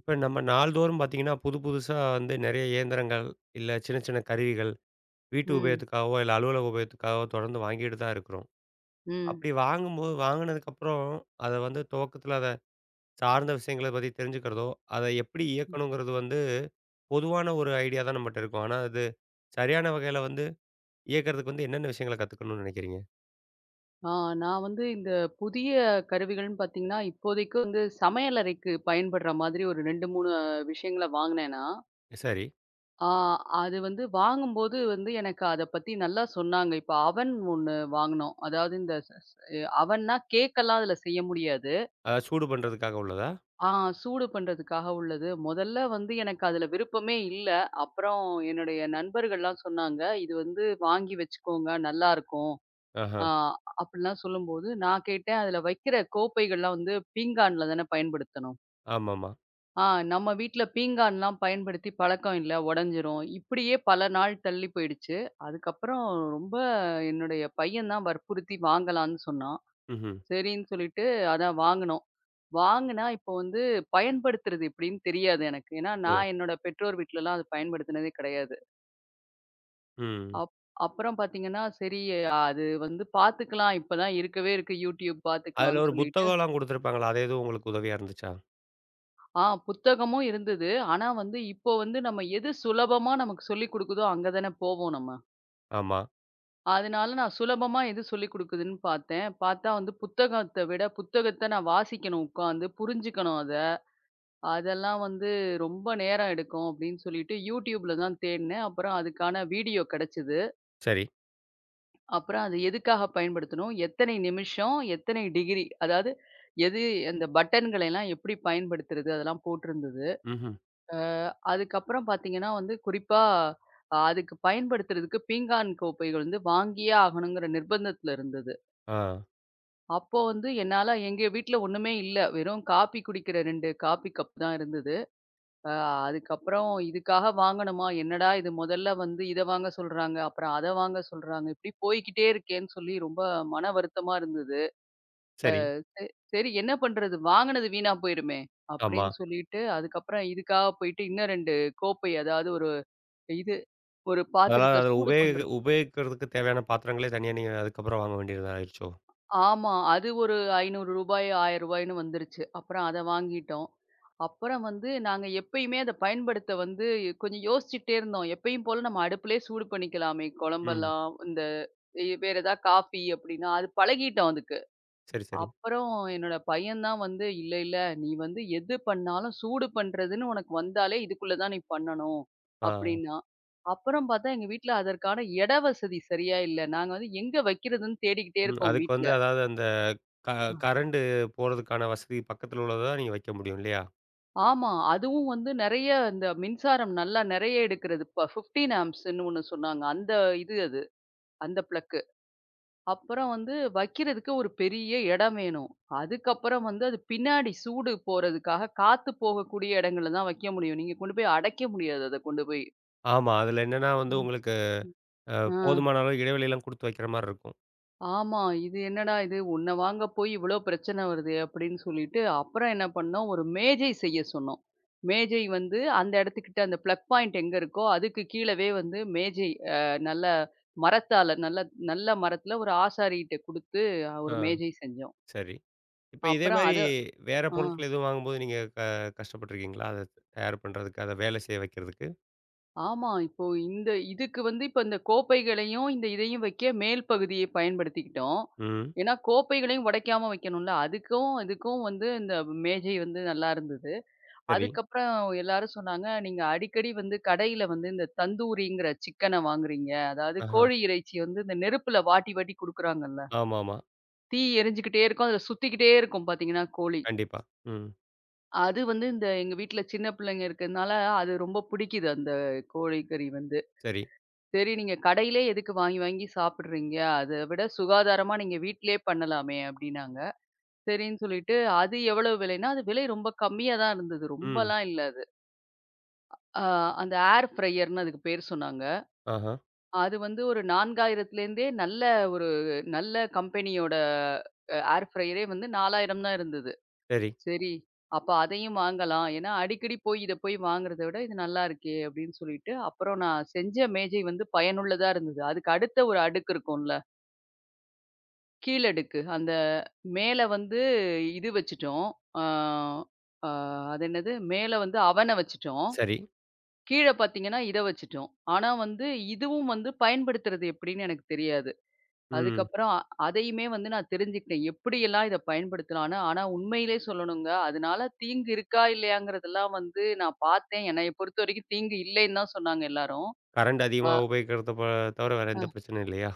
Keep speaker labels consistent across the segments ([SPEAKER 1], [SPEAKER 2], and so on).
[SPEAKER 1] இப்ப நம்ம நாள்தோறும் பார்த்தீங்கன்னா, புதுசா வந்து நெறைய இயந்திரங்கள், இல்ல சின்ன சின்ன கருவிகள், வீட்டு
[SPEAKER 2] ம்,
[SPEAKER 1] உபயோகத்துக்காகவோ, இல்ல அலுவலக உபயோகத்துக்காகவோ தொடர்ந்து வாங்கிட்டு தான் இருக்கிறோம்.
[SPEAKER 2] ம்.
[SPEAKER 1] அப்படி வாங்கும்போது வாங்குனதுக்கப்புறம், அத வந்து துவக்கத்துல அத சார்ந்த விஷயங்கள பத்தி தெரிஞ்சுக்கிறதோ, அத எப்படி இயக்கணுங்கிறது வந்து பொதுவான ஒரு ஐடியா தான் நம்மட்ட இருக்கும். ஆனா அது சரியான வகையில வந்து இயக்கறதுக்கு வந்து என்னென்ன விஷயங்கள கத்துக்கணும்னு நெனைக்கிறீங்க?
[SPEAKER 2] ஆ நான் வந்து இந்த புதிய கருவிகள்ன்னு பார்த்தீங்கன்னா, இப்போதைக்கு வந்து சமையலறைக்கு பயன்படுற மாதிரி ஒரு 2, 3 விஷயங்கள வாங்குனேன் நான்.
[SPEAKER 1] சரி.
[SPEAKER 2] ஆ அது வந்து வாங்கும்போது வந்து எனக்கு அத பத்தி நல்லா சொன்னாங்க. இப்ப அவன் ஒண்ணு வாங்குனோம். அதாவது இந்த ஸ் ஸ் அவன்னா கேக்கெல்லாம் அதுல செய்ய முடியாது.
[SPEAKER 1] அதாவது சூடு பண்றதுக்காக உள்ளதா?
[SPEAKER 2] ஆ சூடு பண்றதுக்காக உள்ளது. முதல்ல வந்து எனக்கு அதுல விருப்பமே இல்ல. அப்புறம் என்னுடைய நண்பர்கள்லாம் சொன்னாங்க, "இது வந்து வாங்கி வச்சுக்கோங்க, நல்லாருக்கும்."
[SPEAKER 1] ஆஹா.
[SPEAKER 2] ஆ அப்படிலாம் சொல்லும்போது, நான் கேட்டேன், "அதில வைக்கிற கோப்பைகள்லாம் வந்து பீங்கான்ல தானே பயன்படுத்தணும்.
[SPEAKER 1] ஆமாமா.
[SPEAKER 2] ஆ நம்ம வீட்ல பீங்கான்லாம் பயன்படுத்தி பழக்கம் இல்ல, உடைஞ்சிரும்." இப்படியே பல நாள் தள்ளி போயிடுச்சு. அதுக்கப்புறம் ரொம்ப என்னுடைய பையன் தான் வற்புறுத்தி வாங்கலான்னு சொன்னான்.
[SPEAKER 1] ம்ஹ்ம்.
[SPEAKER 2] சரின்னு சொல்லிட்டு அதான் வாங்குனோம். வாங்குனா இப்போ வந்து பயன்படுத்துறது எப்படின்னு தெரியாது எனக்கு. ஏன்னா,
[SPEAKER 1] ஓ!
[SPEAKER 2] நான் என்னோட பெற்றோர் வீட்லலாம் அது பயன்படுத்தினதே கிடையாது.
[SPEAKER 1] ம்.
[SPEAKER 2] அப் அப்புறம் பார்த்தீங்கன்னா, சரி அது வந்து பார்த்துக்கலாம். இப்பதான் இருக்கவே இருக்கு YouTube
[SPEAKER 1] அதுல
[SPEAKER 2] பார்த்துக்கலாம்ன்னு
[SPEAKER 1] ஒரு
[SPEAKER 2] சொல்லிட்டு,
[SPEAKER 1] புத்தகம்லாம் குடுத்துருப்பாங்கல்ல, அது எதுவும் உங்களுக்கு உதவியா இருந்துச்சா?
[SPEAKER 2] ஆ புத்தகமும் இருந்தது. ஆனா வந்து இப்போ வந்து நம்ம எது சுலபமா நமக்கு சொல்லிக் குடுக்குதோ அங்க தானே போவோம் நம்ம.
[SPEAKER 1] ஆமா.
[SPEAKER 2] அதனால நான் சுலபமா எது சொல்லிக் குடுக்குதுன்னு பார்த்தேன். பார்த்தா வந்து புத்தகத்த விட புத்தகத்த நான் வாசிக்கணும் உட்காந்து, புரிஞ்சுக்கணும் அத. அதெல்லாம் வந்து ரொம்ப நேரம் எடுக்கும் அப்படின்னு சொல்லிட்டு YouTubeல தான் தேடுனேன். அப்புறம் அதுக்கான வீடியோ கிடைச்சது.
[SPEAKER 1] சரி.
[SPEAKER 2] அப்புறம் அது எதுக்காக பயன்படுத்தணும்? எத்தனை நிமிஷம்? எத்தனை டிகிரி? அதாவது எது அந்த பட்டன்களை எல்லாம் எப்படி பயன்படுத்துறது? அதெல்லாம் போட்டிருந்தது.
[SPEAKER 1] ம்ஹ்ம்.
[SPEAKER 2] ஆ. அதுக்கப்புறம் பார்த்தீங்கன்னா வந்து குறிப்பா அதுக்கு பயன்படுத்துறதுக்கு பீங்கான் கோப்பைகள் வந்து வாங்கியே ஆகணுங்கிற நிர்பந்தத்துல இருந்தது.
[SPEAKER 1] ஆ.
[SPEAKER 2] அப்போ வந்து என்னால எங்க வீட்ல ஒண்ணுமே இல்ல. வெறும் காப்பி குடிக்கிற 2 காப்பி கப் தான் இருந்தது. அ அதுக்கப்புறம் இதுக்காக வாங்கணுமா? என்னடா இது முதல்ல வந்து இத வாங்க சொல்றாங்க. அப்புறம் அத வாங்க சொல்றாங்க. இப்படி போய்க்கிட்டே இருக்கேன்னு சொல்லி ரொம்ப மன வருத்தமா இருந்தது.
[SPEAKER 1] சரி.
[SPEAKER 2] ச சரி என்ன பண்றது? வாங்குனது வீணா போயிருமே!
[SPEAKER 1] ஆமா.
[SPEAKER 2] அப்படின்னு சொல்லிட்டு, அதுக்கப்புறம் இதுக்காக போயிட்டு இன்னும் 2 கோப்பை அதாவது இது ஒரு
[SPEAKER 1] அதனால
[SPEAKER 2] பாத்திரத்தில
[SPEAKER 1] அத
[SPEAKER 2] சூடு
[SPEAKER 1] உபயோகி
[SPEAKER 2] பண்றது.
[SPEAKER 1] உபயோகிக்கிறதுக்கு தேவையான பாத்திரங்களே தனியா நீங்க அதுக்கப்புறம் வாங்க வேண்டியதா ஆயிருச்சோ?
[SPEAKER 2] ஆமா. அது ஒரு ரூ. 500 ரூ. 1000ன்னு வந்துருச்சு. அப்புறம் அத வாங்கிட்டோம். அப்புறம் வந்து நாங்க எப்பயுமே அத பயன்படுத்த வந்து கொஞ்சம் யோசிச்சுட்டே இருந்தோம். எப்பயும் போல நம்ம அடுப்புலயே சூடு பண்ணிக்கலாமே!
[SPEAKER 1] ம்.
[SPEAKER 2] குழம்பெல்லாம் இந்த வேற ஏதாவது காஃபி அப்படின்னா, அது பழகிட்டோம் அதுக்கு.
[SPEAKER 1] சரி, சரி.
[SPEAKER 2] அப்புறம் என்னோட பையன் தான் வந்து, "இல்ல, இல்ல நீ வந்து எது பண்ணாலும் சூடு பண்றதுன்னு உனக்கு வந்தாலே இதுக்குள்ள தான் நீ பண்ணணும்"
[SPEAKER 1] ஆ.
[SPEAKER 2] அப்டின்னான். அப்புறம் பார்த்தா எங்க வீட்ல அதற்கான இட வசதி சரியா இல்ல. நாங்க வந்து எங்க வைக்கிறதுன்னு தேடிக்கிட்டே
[SPEAKER 1] ம்.
[SPEAKER 2] இருக்கோம்
[SPEAKER 1] அதுக்கு
[SPEAKER 2] வீட்ல.
[SPEAKER 1] வந்து அதாவது அந்த க
[SPEAKER 2] அ.
[SPEAKER 1] கரண்ட் போறதுக்கான வசதி பக்கத்துல உள்ளத தான் நீங்க வைக்க முடியும் இல்லையா?
[SPEAKER 2] ஆமா. அதுவும் வந்து நெறைய இந்த மின்சாரம் நல்லா நெறைய எடுக்கிறது. இப்ப 15 ஆம்ப்ஸ்ன்னு ஒண்ணு சொன்னாங்க. அந்த இது அது. அந்த ப்ளக்கு. அப்புறம் வந்து வைக்கிறதுக்கு ஒரு பெரிய இடம் வேணும். அதுக்கப்புறம் வந்து அது பின்னாடி சூடு போறதுக்காக காத்து போகக்கூடிய இடங்கள்ல தான் வைக்க முடியும். நீங்க கொண்டு போய் அடைக்க முடியாது அத கொண்டு போய்.
[SPEAKER 1] ஆமா. அதுல என்னன்னா வந்து
[SPEAKER 2] ம்,
[SPEAKER 1] உங்களுக்கு
[SPEAKER 2] ம்.
[SPEAKER 1] அ
[SPEAKER 2] ஆ,
[SPEAKER 1] போதுமான அளவு இடைவெளிலாம் குடுத்து வைக்கிற மாரி இருக்கும்.
[SPEAKER 2] ஆமா. இது என்னடா இது! உன்ன வாங்க போய் இவ்ளோ பிரச்சனை வருதே! அப்படின்னு சொல்லிட்டு, அப்புறம் என்ன பண்ணோம், ஒரு மேஜை செய்ய சொன்னோம். மேஜை வந்து அந்த இடத்துக்கிட்ட அந்த பிளக் பாயிண்ட் எங்க இருக்கோ, அதுக்கு கீழவே வந்து மேஜை அ நல்ல மரத்தால நல்ல நல்ல மரத்துல ஒரு ஆசாரிகிட்ட குடுத்து,
[SPEAKER 1] ஆ
[SPEAKER 2] ஒரு மேஜை செஞ்சோம்.
[SPEAKER 1] சரி. இப்ப இதே
[SPEAKER 2] அப்புறம்
[SPEAKER 1] மாரி
[SPEAKER 2] அத
[SPEAKER 1] வேற
[SPEAKER 2] ஆ.
[SPEAKER 1] பொருட்கள் எதுவும் வாங்கும்போது நீங்க கஷ்டப்பட்டுருக்கீங்களா? அத தயார் பண்றதுக்கு, அத வேலை செய்ய வைக்கிறதுக்கு?
[SPEAKER 2] ஆமா. இப்போ இந்த இதுக்கு வந்து இப்ப இந்த கோப்பைகளையும், இந்த இதையும் வைக்க மேல் பகுதியை பயன்படுத்திக்கிட்டோம்.
[SPEAKER 1] ம்.
[SPEAKER 2] ஏன்னா, கோப்பைகளையும் உடைக்காம வைக்கணும்ல. அதுக்கும், இதுக்கும் வந்து இந்த மேஜை வந்து நல்லா இருந்தது.
[SPEAKER 1] சரி.
[SPEAKER 2] அதுக்கப்புறம் எல்லாரும் சொன்னாங்க, "நீங்க அடிக்கடி வந்து கடையில வந்து இந்த தந்தூரிங்கிற சிக்கன வாங்குறீங்க. அதாவது
[SPEAKER 1] ஆஹா.
[SPEAKER 2] கோழி இறைச்சி வந்து இந்த நெருப்புல வாட்டி வாட்டி குடுக்குறாங்கல்ல.
[SPEAKER 1] ஆமாமா.
[SPEAKER 2] தீ எரிஞ்சுகிட்டே இருக்கும். அதுல சுத்திக்கிட்டே இருக்கும் பார்த்தீங்கன்னா, கோழி.
[SPEAKER 1] கண்டிப்பா. ம்.
[SPEAKER 2] அது வந்து இந்த எங்க வீட்ல சின்ன பிள்ளைங்க இருக்கிறதுனால, அது ரொம்ப பிடிக்குது அந்த கோழிக்கறி வந்து.
[SPEAKER 1] சரி.
[SPEAKER 2] சரி நீங்க கடையிலே எதுக்கு வாங்கி வாங்கி சாப்பிடுறீங்க? அத விட சுகாதாரமா நீங்க வீட்டிலேயே பண்ணலாமே அப்டின்னாங்க. சரின்னு சொல்லிட்டு அது எவ்வளவு விலைன்னா, அது விலை ரொம்ப கம்மியா தான் இருந்தது.
[SPEAKER 1] ம்.
[SPEAKER 2] ரொம்பலாம் இல்ல அது. ஆ அந்த ஏர் ஃப்ரையர்ன்னு அதுக்கு பேர் சொன்னாங்க.
[SPEAKER 1] ஆஹா.
[SPEAKER 2] அது வந்து ஒரு 4000லேருந்தே நல்ல ஒரு நல்ல கம்பெனியோட ஏர் ஃப்ரையரே வந்து 4000 தான் இருந்தது.
[SPEAKER 1] சரி,
[SPEAKER 2] சரி, அப்ப அதையும் வாங்கலாம். ஏன்னா, அடிக்கடி போய் இத போய் வாங்குறத விட இது நல்லா இருக்கே! அப்டின்னு சொல்லிட்டு, அப்புறம் நான் செஞ்ச மேஜை வந்து பயனுள்ளதா இருந்தது. அதுக்கு அடுத்த ஒரு அடுக்கு இருக்கும்ல. கீழடுக்கு. அந்த மேல வந்து இது வச்சுட்டோம். ஆ ஆ அது என்னது? மேல வந்து அவன வச்சுட்டோம்.
[SPEAKER 1] சரி.
[SPEAKER 2] கீழ பார்த்தீங்கன்னா, இத வச்சுட்டோம். ஆனா வந்து இதுவும் வந்து பயன்படுத்துறது எப்படின்னு எனக்கு தெரியாது.
[SPEAKER 1] ம்.
[SPEAKER 2] அதுக்கப்புறம் அதையுமே வந்து நான் தெரிஞ்சுக்கிட்டேன். எப்படியெல்லாம் இத பயன்படுத்தலான்னு. ஆனா உண்மையிலே சொல்லணுங்க, அதனால தீங்கு இருக்கா? இல்லையாங்கிறதெல்லாம் வந்து நான் பார்த்தேன். என்னைய பொறுத்தவரைக்கும் தீங்கு இல்லைன்னு தான் சொன்னாங்க எல்லாரும்.
[SPEAKER 1] கரண்ட்
[SPEAKER 2] அ.
[SPEAKER 1] அதிகமா உபயோகிக்கிறத ப தவிர வேற எந்த பிரச்சனையும் இல்லையா?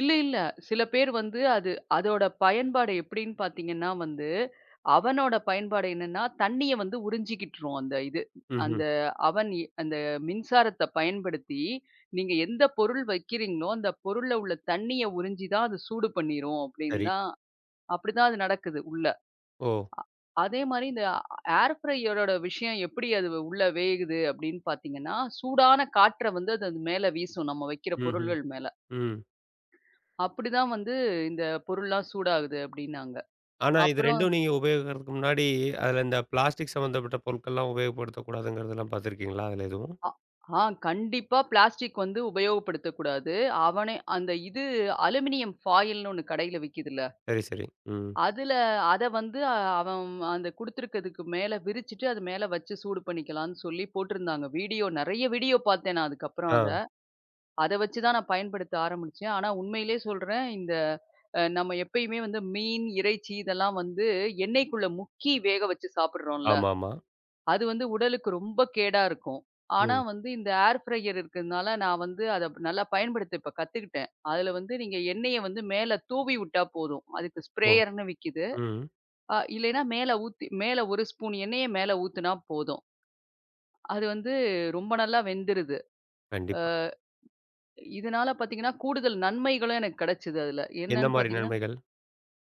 [SPEAKER 2] இல்ல, இல்ல. சில பேர் வந்து அது அதோட பயன்பாடு எப்படின்னு பார்த்தீங்கன்னா வந்து, அவனோட பயன்பாடு என்னன்னா, தண்ணீய வந்து உறிஞ்சிக்கிட்டுரும் அந்த இது.
[SPEAKER 1] ம்ஹ்ம்.
[SPEAKER 2] அந்த அவன் அந்த மின்சாரத்த பயன்படுத்தி, நீங்க எந்த பொருள் வைக்கிறீங்களோ, அந்த பொருள்ல உள்ள தண்ணீய உறிஞ்சி தான் அது சூடு பண்ணிரும் அப்படின்னு
[SPEAKER 1] சரி.
[SPEAKER 2] தான் அப்படிதான் அது நடக்குது உள்ள.
[SPEAKER 1] ஓ!
[SPEAKER 2] அதே மாரி இந்த ஏர் ஃப்ரையரோட விஷயம் எப்படி அது உள்ள வேகுது அப்படின்னு பார்த்தீங்கன்னா, சூடான காற்ற வந்து அது அது மேல வீசும் நம்ம வைக்கிற
[SPEAKER 1] ம்ஹ்ம்.
[SPEAKER 2] பொருள்கள் மேல.
[SPEAKER 1] ம்.
[SPEAKER 2] அப்படிதான் வந்து இந்த பொருள்லாம் சூடாகுது அப்படின்னாங்க.
[SPEAKER 1] ஆனா இது
[SPEAKER 2] அப்புறம்
[SPEAKER 1] 2ம் நீங்க உபயோகிக்கிறதுக்கு முன்னாடி, அதுல இந்த பிளாஸ்டிக் சம்மந்தப்பட்ட பொருட்கள்லாம் உபயோகப்படுத்தக்கூடாதுங்கிறதெல்லாம் பார்த்துருக்கீங்களா? அதுல எதுவும்?
[SPEAKER 2] அ ஆ கண்டிப்பா பிளாஸ்டிக் வந்து உபயோகப்படுத்தக்கூடாது. அவனே அந்த இது அலுமினியம் ஃபாயில்னு ஒண்ணு கடையில விக்குதுல்ல.
[SPEAKER 1] சரி, சரி. ம்.
[SPEAKER 2] அதுல அத வந்து அவன் அந்த குடுத்துருக்கிறதுக்கு மேல விரிச்சுட்டு அது மேல வச்சு சூடு பண்ணிக்கலான்னு சொல்லி போட்டிருந்தாங்க. வீடியோ நெறைய வீடியோ பார்த்தேன் நான் அதுக்கப்புறம் அத.
[SPEAKER 1] ஆ.
[SPEAKER 2] அத வச்சு தான் நான் பயன்படுத்த ஆரம்பிச்சேன். ஆனா உண்மையிலே சொல்றேன் இந்த நம்ம எப்பயுமே வந்து மீன், இறைச்சி இதெல்லாம் வந்து எண்ணெய்க்குள்ள முக்கி வேக வச்சு சாப்பிடுறோம்ல.
[SPEAKER 1] ஆமாமா.
[SPEAKER 2] அது வந்து உடலுக்கு ரொம்ப கேடா இருக்கும். ஆனா
[SPEAKER 1] ம்.
[SPEAKER 2] வந்து இந்த ஏர் ஃப்ரையர் இருக்கிறதுனால, நான் வந்து அத நல்லா பயன்படுத்த இப்ப கத்துக்கிட்டேன். அதுல வந்து நீங்க எண்ணெய வந்து மேல தூவி விட்டா போதும். அதுக்கு
[SPEAKER 1] ஓ!
[SPEAKER 2] ஸ்ப்ரேயர்ன்னு விக்குது.
[SPEAKER 1] ம்.
[SPEAKER 2] இல்லைன்னா மேல ஊத்தி மேல 1 ஸ்பூன் எண்ணெய மேல ஊத்துனா போதும். அது வந்து ரொம்ப நல்லா வெந்துருது. அ
[SPEAKER 1] கண்டிப்பா.
[SPEAKER 2] இதனால பார்த்தீங்கன்னா, கூடுதல் நன்மைகளும் எனக்கு கிடைச்சது அதுல.
[SPEAKER 1] எந்த
[SPEAKER 2] என்னன்னு
[SPEAKER 1] மாரி
[SPEAKER 2] பார்த்தீங்கன்னா,
[SPEAKER 1] நன்மைகள்?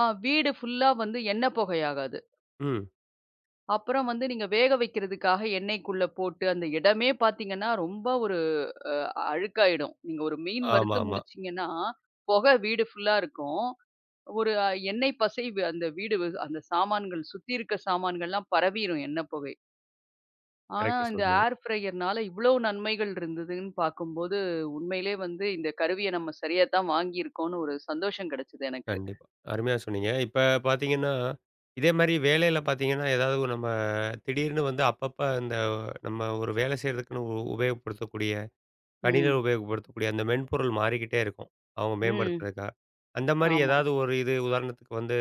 [SPEAKER 2] வீடு ஃபுல்லா வந்து எண்ணெய் புகையாகாது.
[SPEAKER 1] ம்.
[SPEAKER 2] அப்புறம் வந்து நீங்க வேக வைக்கிறதுக்காக எண்ணெய்க்குள்ள போட்டு, அந்த இடமே பார்த்தீங்கன்னா, ரொம்ப ஒரு அ அழுக்காயிடும். நீங்க ஒரு மீன் வறுத்து
[SPEAKER 1] ஆமாமா.
[SPEAKER 2] முடிச்சீங்கன்னா, புகை வீடு ஃபுல்லா இருக்கும். ஒரு எண்ணெய் பசை அந்த வீடு அந்த சாமான்கள் சுத்தி இருக்க சாமான்கள்லாம் பரவிரும் எண்ணெய் புகை. ஆனா,
[SPEAKER 1] கரெக்ட்டா
[SPEAKER 2] இந்த
[SPEAKER 1] சொல்றீங்க.
[SPEAKER 2] ஏர் ஃப்ரையர்னால இவ்ளோ நன்மைகள் இருந்ததுன்னு பார்க்கும்போது, உண்மையிலே வந்து இந்த கருவிய நம்ம சரியா தான் வாங்கியிருக்கோம்னு ஒரு சந்தோஷம் கிடைச்சது எனக்கு.
[SPEAKER 1] கண்டிப்பா. அருமையா சொன்னீங்க. இப்ப பார்த்தீங்கன்னா, இதே மாரி வேலையில பார்த்தீங்கன்னா, ஏதாவது ஒரு நம்ம திடீர்னு வந்து அப்பப்ப இந்த நம்ம ஒரு வேலை செய்றதுக்குன்னு உபயோகப்படுத்தக்கூடிய, கணினியில
[SPEAKER 2] ம்,
[SPEAKER 1] உபயோகப்படுத்தக்கூடிய அந்த மென்பொருள் மாறிக்கிட்டே இருக்கும். அவங்க
[SPEAKER 2] ம்.
[SPEAKER 1] மேம்படுத்துறதுக்கா. அந்த மாரி
[SPEAKER 2] ஆமா.
[SPEAKER 1] ஏதாவது ஒரு இது உதாரணத்துக்கு வந்து,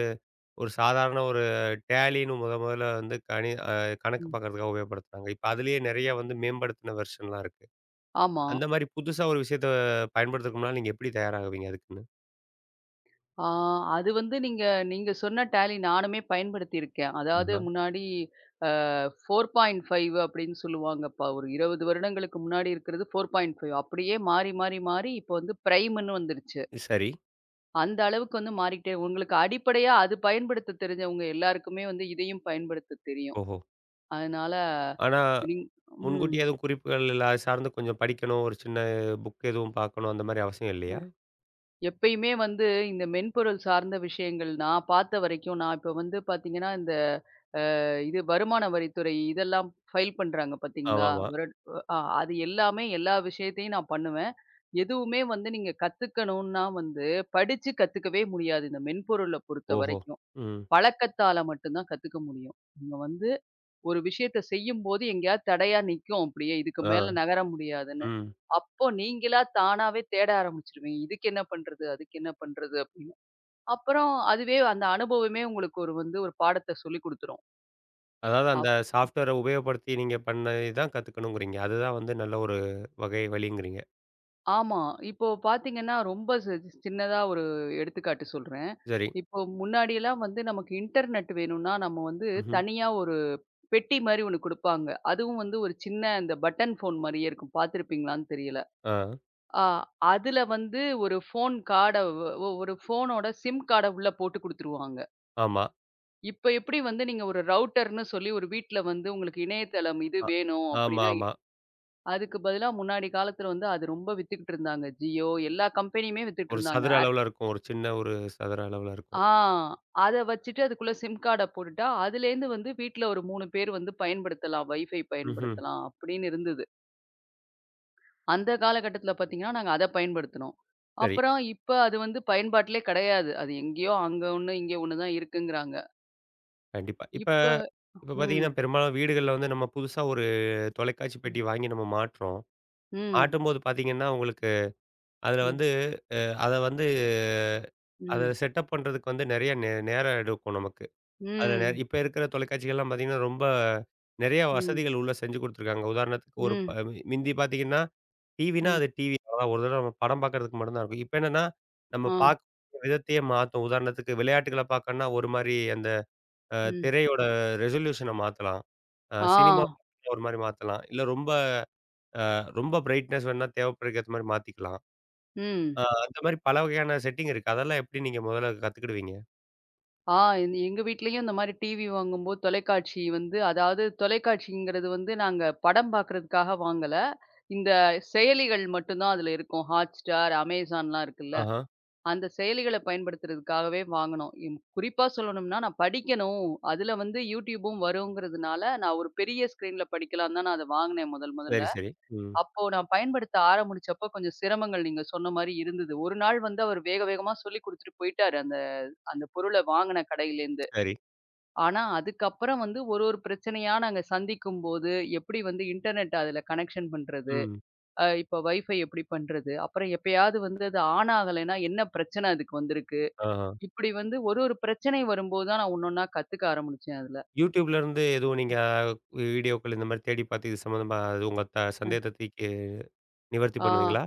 [SPEAKER 1] ஒரு சாதாரண ஒரு டேலின்னு முதல்ல வந்து கணி அ கணக்கு
[SPEAKER 2] ம்.
[SPEAKER 1] பார்க்கறதுக்காக உபயோகப்படுத்துனாங்க. இப்ப அதிலேயே நெறைய வந்து மேம்படுத்தின வெர்ஷன்லாம் இருக்கு.
[SPEAKER 2] ஆமா.
[SPEAKER 1] அந்த மாரி புதுசா ஒரு விஷயத்த பயன்படுத்துறதுக்கு முன்னால நீங்க எப்படி தயாராகுவீங்க அதுக்குன்னு?
[SPEAKER 2] ஆ அது வந்து நீங்க நீங்க சொன்ன டேலி நானுமே பயன்படுத்தியிருக்கேன். அதாவது
[SPEAKER 1] ஆஹ.
[SPEAKER 2] முன்னாடி அ 4.5 அப்படின்னு சொல்லுவாங்கப்பா. ஒரு 20 வருடங்களுக்கு முன்னாடி இருக்கிறது 4.5 அப்படியே மாறி, மாறி, மாறி இப்போ வந்து பிரைம்ன்னு வந்துருச்சு.
[SPEAKER 1] சரி.
[SPEAKER 2] அந்த அளவுக்கு வந்து மாறிக்கிட்டே உங்களுக்கு அடிப்படையா அது பயன்படுத்த தெரிஞ்சவங்க எல்லாருக்குமே வந்து இதையும் பயன்படுத்த தெரியும்.
[SPEAKER 1] ஓஹோ!
[SPEAKER 2] அதனால
[SPEAKER 1] ஆனா
[SPEAKER 2] இப்ப ம்.
[SPEAKER 1] முன்கூட்டியே எதுவும் குறிப்புகள் இல்ல. அது சார்ந்து கொஞ்சம் படிக்கணும். ஒரு சின்ன புக் எதுவும் பார்க்கணும் அந்த மாரி அவசியம்
[SPEAKER 2] அ
[SPEAKER 1] இல்லையா?
[SPEAKER 2] எப்பயுமே வந்து இந்த மென்பொருள் சார்ந்த விஷயங்கள் நான் பார்த்த வரைக்கும் நான் இப்ப வந்து பார்த்தீங்கன்னா, இந்த இது வருமான வரித்துறை இதெல்லாம் ஃபைல் பண்றாங்க பார்த்தீங்களா?
[SPEAKER 1] ஆமாமா.
[SPEAKER 2] வருட அ அது எல்லாமே எல்லா விஷயத்தையும் நான் பண்ணுவேன். எதுவுமே வந்து நீங்க கத்துக்கணும்னா வந்து, படிச்சு கத்துக்கவே முடியாது. இந்த மென்பொருள
[SPEAKER 1] ஓஹோ!
[SPEAKER 2] பொறுத்தவரைக்கும்.
[SPEAKER 1] ம்.
[SPEAKER 2] பழக்கத்தால மட்டும் தான் கத்துக்க முடியும். நீங்க வந்து ஒரு விஷயத்த செய்யும்போது எங்கேயாவது தடையா நிக்கும் அப்படியே. இதுக்கு
[SPEAKER 1] ஆ.
[SPEAKER 2] மேல நகர முடியாதுன்னு.
[SPEAKER 1] ம்.
[SPEAKER 2] அப்போ நீங்களா தானாவே தேட ஆரம்பிச்சுருவீங்க. இதுக்கு என்ன பண்றது? அதுக்கு என்ன பண்றது? அப்படின்னு. அப்புறம் அதுவே அந்த அனுபவமே உங்களுக்கு ஒரு வந்து ஒரு பாடத்த சொல்லிக் குடுத்துரும்.
[SPEAKER 1] அதாவது அந்த சாஃப்ட்வேர உபயோகப்படுத்தி நீங்க பண்ணது தான் கத்துக்கணுங்கிறீங்க. அதுதான் வந்து நல்ல ஒரு வகை வழிங்கிறீங்க.
[SPEAKER 2] ஆமா. இப்போ பார்த்தீங்கன்னா, ரொம்ப சின்னதா ஒரு எடுத்துக்காட்டு சொல்றேன்.
[SPEAKER 1] சரி.
[SPEAKER 2] இப்போ முன்னாடிலாம் வந்து நமக்கு இன்டர்நெட் வேணும்னா, நம்ம வந்து
[SPEAKER 1] ம்ஹ்ம்.
[SPEAKER 2] தனியா ஒரு பெட்டி மாரி ஒண்ணு குடுப்பாங்க. அதுவும் வந்து ஒரு சின்ன இந்த பட்டன் ஃபோன் மாரியே இருக்கும். பார்த்துருப்பீங்களான்னு தெரியல.
[SPEAKER 1] ஆ.
[SPEAKER 2] ஆ அதுல வந்து ஒரு ஃபோனோட சிம் கார்ட உள்ள போட்டு குடுத்துருவாங்க.
[SPEAKER 1] ஆமா.
[SPEAKER 2] இப்ப எப்படி வந்து நீங்க ஒரு ரவுட்டர்ன்னு சொல்லி ஒரு வீட்ல வந்து உங்களுக்கு இணையதளம் இது
[SPEAKER 1] அ.
[SPEAKER 2] வேணும் அப்படின்னா
[SPEAKER 1] ஆமாமா.
[SPEAKER 2] அதுக்கு பதிலா முன்னாடி காலத்துல வந்து அது ரொம்ப வித்துக்கிட்டு இருந்தாங்க. ஜியோ எல்லா கம்பெனியுமே வித்துட்டு
[SPEAKER 1] ஒரு
[SPEAKER 2] இருந்தாங்க.
[SPEAKER 1] சதுர அளவுல இருக்கும். ஒரு சின்ன ஒரு சதுர அளவுல இருக்கும்.
[SPEAKER 2] ஆ அத வச்சுட்டு அதுக்குள்ள சிம் கார்ட போட்டுட்டா, அதுலேருந்து வந்து வீட்ல ஒரு 3 பேர் வந்து பயன்படுத்தலாம். வைஃபை
[SPEAKER 1] ம்ஹ்ம்.
[SPEAKER 2] பயன்படுத்தலாம் அப்படின்னு இருந்தது. அந்த காலகட்டத்துல பார்த்தீங்கன்னா, நாங்க அத பயன்படுத்தினோம்.
[SPEAKER 1] சரி.
[SPEAKER 2] அப்புறம் இப்ப அது வந்து பயன்பாட்டிலே கிடையாது. அது எங்கேயோ அங்க ஒண்ணு, இங்க ஒண்ணு தான் இருக்குங்கிறாங்க.
[SPEAKER 1] கண்டிப்பா. இப்ப
[SPEAKER 2] இப்ப
[SPEAKER 1] இப்ப
[SPEAKER 2] ம்,
[SPEAKER 1] பார்த்தீங்கன்னா, பெரும்பாலும் வீடுகள்ல வந்து நம்ம புதுசா ஒரு தொலைக்காட்சி பெட்டி
[SPEAKER 2] ம்,
[SPEAKER 1] வாங்கி நம்ம மாட்டுறோம்.
[SPEAKER 2] ம்,
[SPEAKER 1] மாட்டும்போது பார்த்தீங்கன்னா, உங்களுக்கு அதுல
[SPEAKER 2] ம்,
[SPEAKER 1] வந்து அத வந்து அத
[SPEAKER 2] ம்,
[SPEAKER 1] செட்டப் பண்றதுக்கு வந்து நெறைய நேரம் எடுக்கும் நமக்கு. அதுல
[SPEAKER 2] ம்,
[SPEAKER 1] இப்ப இருக்கிற தொலைக்காட்சிகள்லாம் பார்த்தீங்கன்னா, ரொம்ப நெறைய
[SPEAKER 2] ம்,
[SPEAKER 1] வசதிகள் உள்ள செஞ்சு குடுத்துருக்காங்க. உதாரணத்துக்கு ஒரு
[SPEAKER 2] ம்,
[SPEAKER 1] மிந்தி பார்த்தீங்கன்னா, டிவினா
[SPEAKER 2] ம்,
[SPEAKER 1] அது டிவி அவ்வளோதான். ஒரு தடவ நம்ம படம் பார்க்கறதுக்கு மட்டும் தான் இருக்கும். இப்ப என்னன்னா, நம்ம
[SPEAKER 2] ஆ,
[SPEAKER 1] பார்க்கக்கூடிய விதத்தையே மாத்தும். உதாரணத்துக்கு விளையாட்டுகள பார்க்கணும்னா ஒரு மாரி அந்த அ
[SPEAKER 2] ம்,
[SPEAKER 1] திரையோட ரெசல்யூஷன மாத்தலாம்.
[SPEAKER 2] ஆ,
[SPEAKER 1] சினிமா ஒரு மாரி மாத்தலாம். இல்ல ரொம்ப அ ரொம்ப பிரைட்னஸ் வேணும்னா தேவைப்படுறதுக்கு ஏத்த மாரி மாத்திக்கலாம்.
[SPEAKER 2] ம்.
[SPEAKER 1] ஆ அந்த மாரி பல வகையான செட்டிங் இருக்கு. அதெல்லாம் எப்படி நீங்க முதல்ல கத்துக்கிடுவீங்க?
[SPEAKER 2] ஆ இந்த எங்க வீட்லயும் இந்த மாரி டிவி வாங்கும்போது தொலைக்காட்சி வந்து அதாவது தொலைக்காட்சிங்கிறது வந்து நாங்க படம் பார்க்கறதுக்காக வாங்கல. இந்த செயலிகள் மட்டும் தான் அதுல இருக்கும். Hotstar, Amazonலாம் இருக்குல்ல.
[SPEAKER 1] ஆஹா.
[SPEAKER 2] அந்த செயலிகள பயன்படுத்துறதுக்காகவே வாங்குனோம். இம் குறிப்பா சொல்லணும்னா நான் படிக்கணும். அதுல வந்து YouTubeம் வருங்கிறதுனால, நான் ஒரு பெரிய ஸ்க்ரீன்ல படிக்கலாம் தான் நான் அத வாங்குனேன் முதல் முதல்ல.
[SPEAKER 1] சரி, சரி. ம்.
[SPEAKER 2] அப்போ நான் பயன்படுத்த ஆரம்பிச்சப்போ கொஞ்சம் சிரமங்கள் நீங்க சொன்ன மாரி இருந்தது. ஒரு நாள் வந்து அவர் வேக வேகமா சொல்லிக் குடுத்துட்டு போயிட்டாரு அந்த அந்த பொருள வாங்குன கடையிலேந்து.
[SPEAKER 1] சரி.
[SPEAKER 2] ஆனா, அதுக்கப்புறம் வந்து ஒரு ஒரு பிரச்சனையா நாங்க சந்திக்கும்போது, எப்படி வந்து இன்டர்நெட் அதுல கனெக்ஷன் பண்றது?
[SPEAKER 1] ம்.
[SPEAKER 2] இப்ப வைஃபை எப்படி பண்றது? அப்புறம் எப்பயாவது வந்து அது ஆன் ஆகலைன்னா, என்ன பிரச்சனை அதுக்கு வந்திருக்கு?
[SPEAKER 1] ஆஹா.
[SPEAKER 2] இப்படி வந்து ஒரு ஒரு பிரச்சனை வரும்போது தான் நான் ஒண்ணொன்னா கத்துக்க ஆரம்பிச்சேன் அதுல.
[SPEAKER 1] YouTubeல இருந்து எதுவும் நீங்க வீடியோக்கள் இந்த மாரி தேடி பார்த்து இது சம்மந்தமா அது உங்க
[SPEAKER 2] ம்.
[SPEAKER 1] சந்தேகத்த தீர்க்க நிவர்த்தி
[SPEAKER 2] ஆ
[SPEAKER 1] பண்ணுவீங்களா?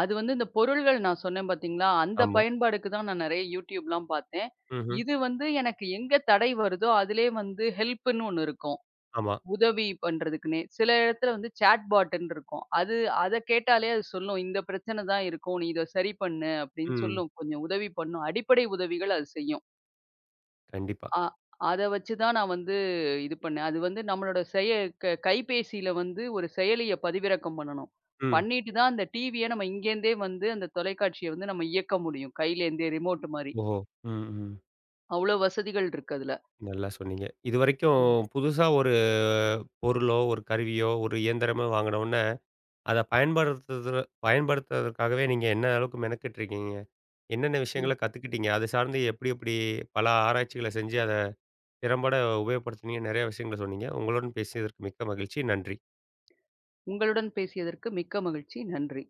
[SPEAKER 2] அது வந்து இந்த பொருள்கள் நான் சொன்னேன் பார்த்தீங்களா? அந்த
[SPEAKER 1] ஆமா.
[SPEAKER 2] பயன்பாடுக்கு தான் நான் நெறைய YouTubeலாம் பார்த்தேன்.
[SPEAKER 1] ம்ஹ்ம்.
[SPEAKER 2] இது வந்து எனக்கு எங்க தடை வருதோ, அதிலயே வந்து ஹெல்ப்ன்னு ஒண்ணு இருக்கும்.
[SPEAKER 1] ஆமா.
[SPEAKER 2] உதவி பண்றதுக்குன்னே. சில இடத்துல வந்து சேட் பாட்டுன்னு இருக்கும். அது அத கேட்டாலே அது சொல்லும். இந்த பிரச்சனை தான் இருக்கும். நீ இத சரி பண்ணு அப்படின்னு
[SPEAKER 1] ம்.
[SPEAKER 2] சொல்லும். கொஞ்சம் உதவி பண்ணும். அடிப்படை உதவிகள் அது செய்யும்.
[SPEAKER 1] கண்டிப்பா.
[SPEAKER 2] அ அத வச்சு தான் நான் வந்து இது பண்ணேன். அது வந்து நம்மளோட செய க கைபேசியில வந்து ஒரு செயலிய பதிவிறக்கம் பண்ணணும்.
[SPEAKER 1] ம்.
[SPEAKER 2] பண்ணிட்டு தான் அந்த டிவிய நம்ம இங்கேருந்தே வந்து அந்த தொலைக்காட்சிய வந்து நம்ம இயக்க முடியும். கையிலேருந்தே ரிமோட் மாரி.
[SPEAKER 1] ஓஹோ! ம், ம்.
[SPEAKER 2] அவ்வளோ வசதிகள் இருக்கு அதுல.
[SPEAKER 1] நல்லா சொன்னீங்க. இதுவரைக்கும்
[SPEAKER 2] ம்,
[SPEAKER 1] புதுசா ஒரு பொருளோ, ஒரு கருவியோ, ஒரு இயந்திரமோ வாங்கினோன அத பயன்படுத்துறதற்காகவே நீங்க என்ன அளவுக்கு மெனக்கிட்டுருக்கீங்க? என்னென்ன
[SPEAKER 2] ம்.
[SPEAKER 1] விஷயங்கள கத்துக்கிட்டீங்க? அது சார்ந்து எப்படி எப்படி பல ஆராய்ச்சிகள செஞ்சு அத திறம்பட உபயோகப்படுத்துனீங்கன்னு நெறைய விஷயங்கள சொன்னீங்க. உங்களுடன் பேசியதற்கு மிக்க மகிழ்ச்சி. நன்றி.
[SPEAKER 2] உங்களுடன் பேசியதற்கு மிக்க மகிழ்ச்சி. நன்றி.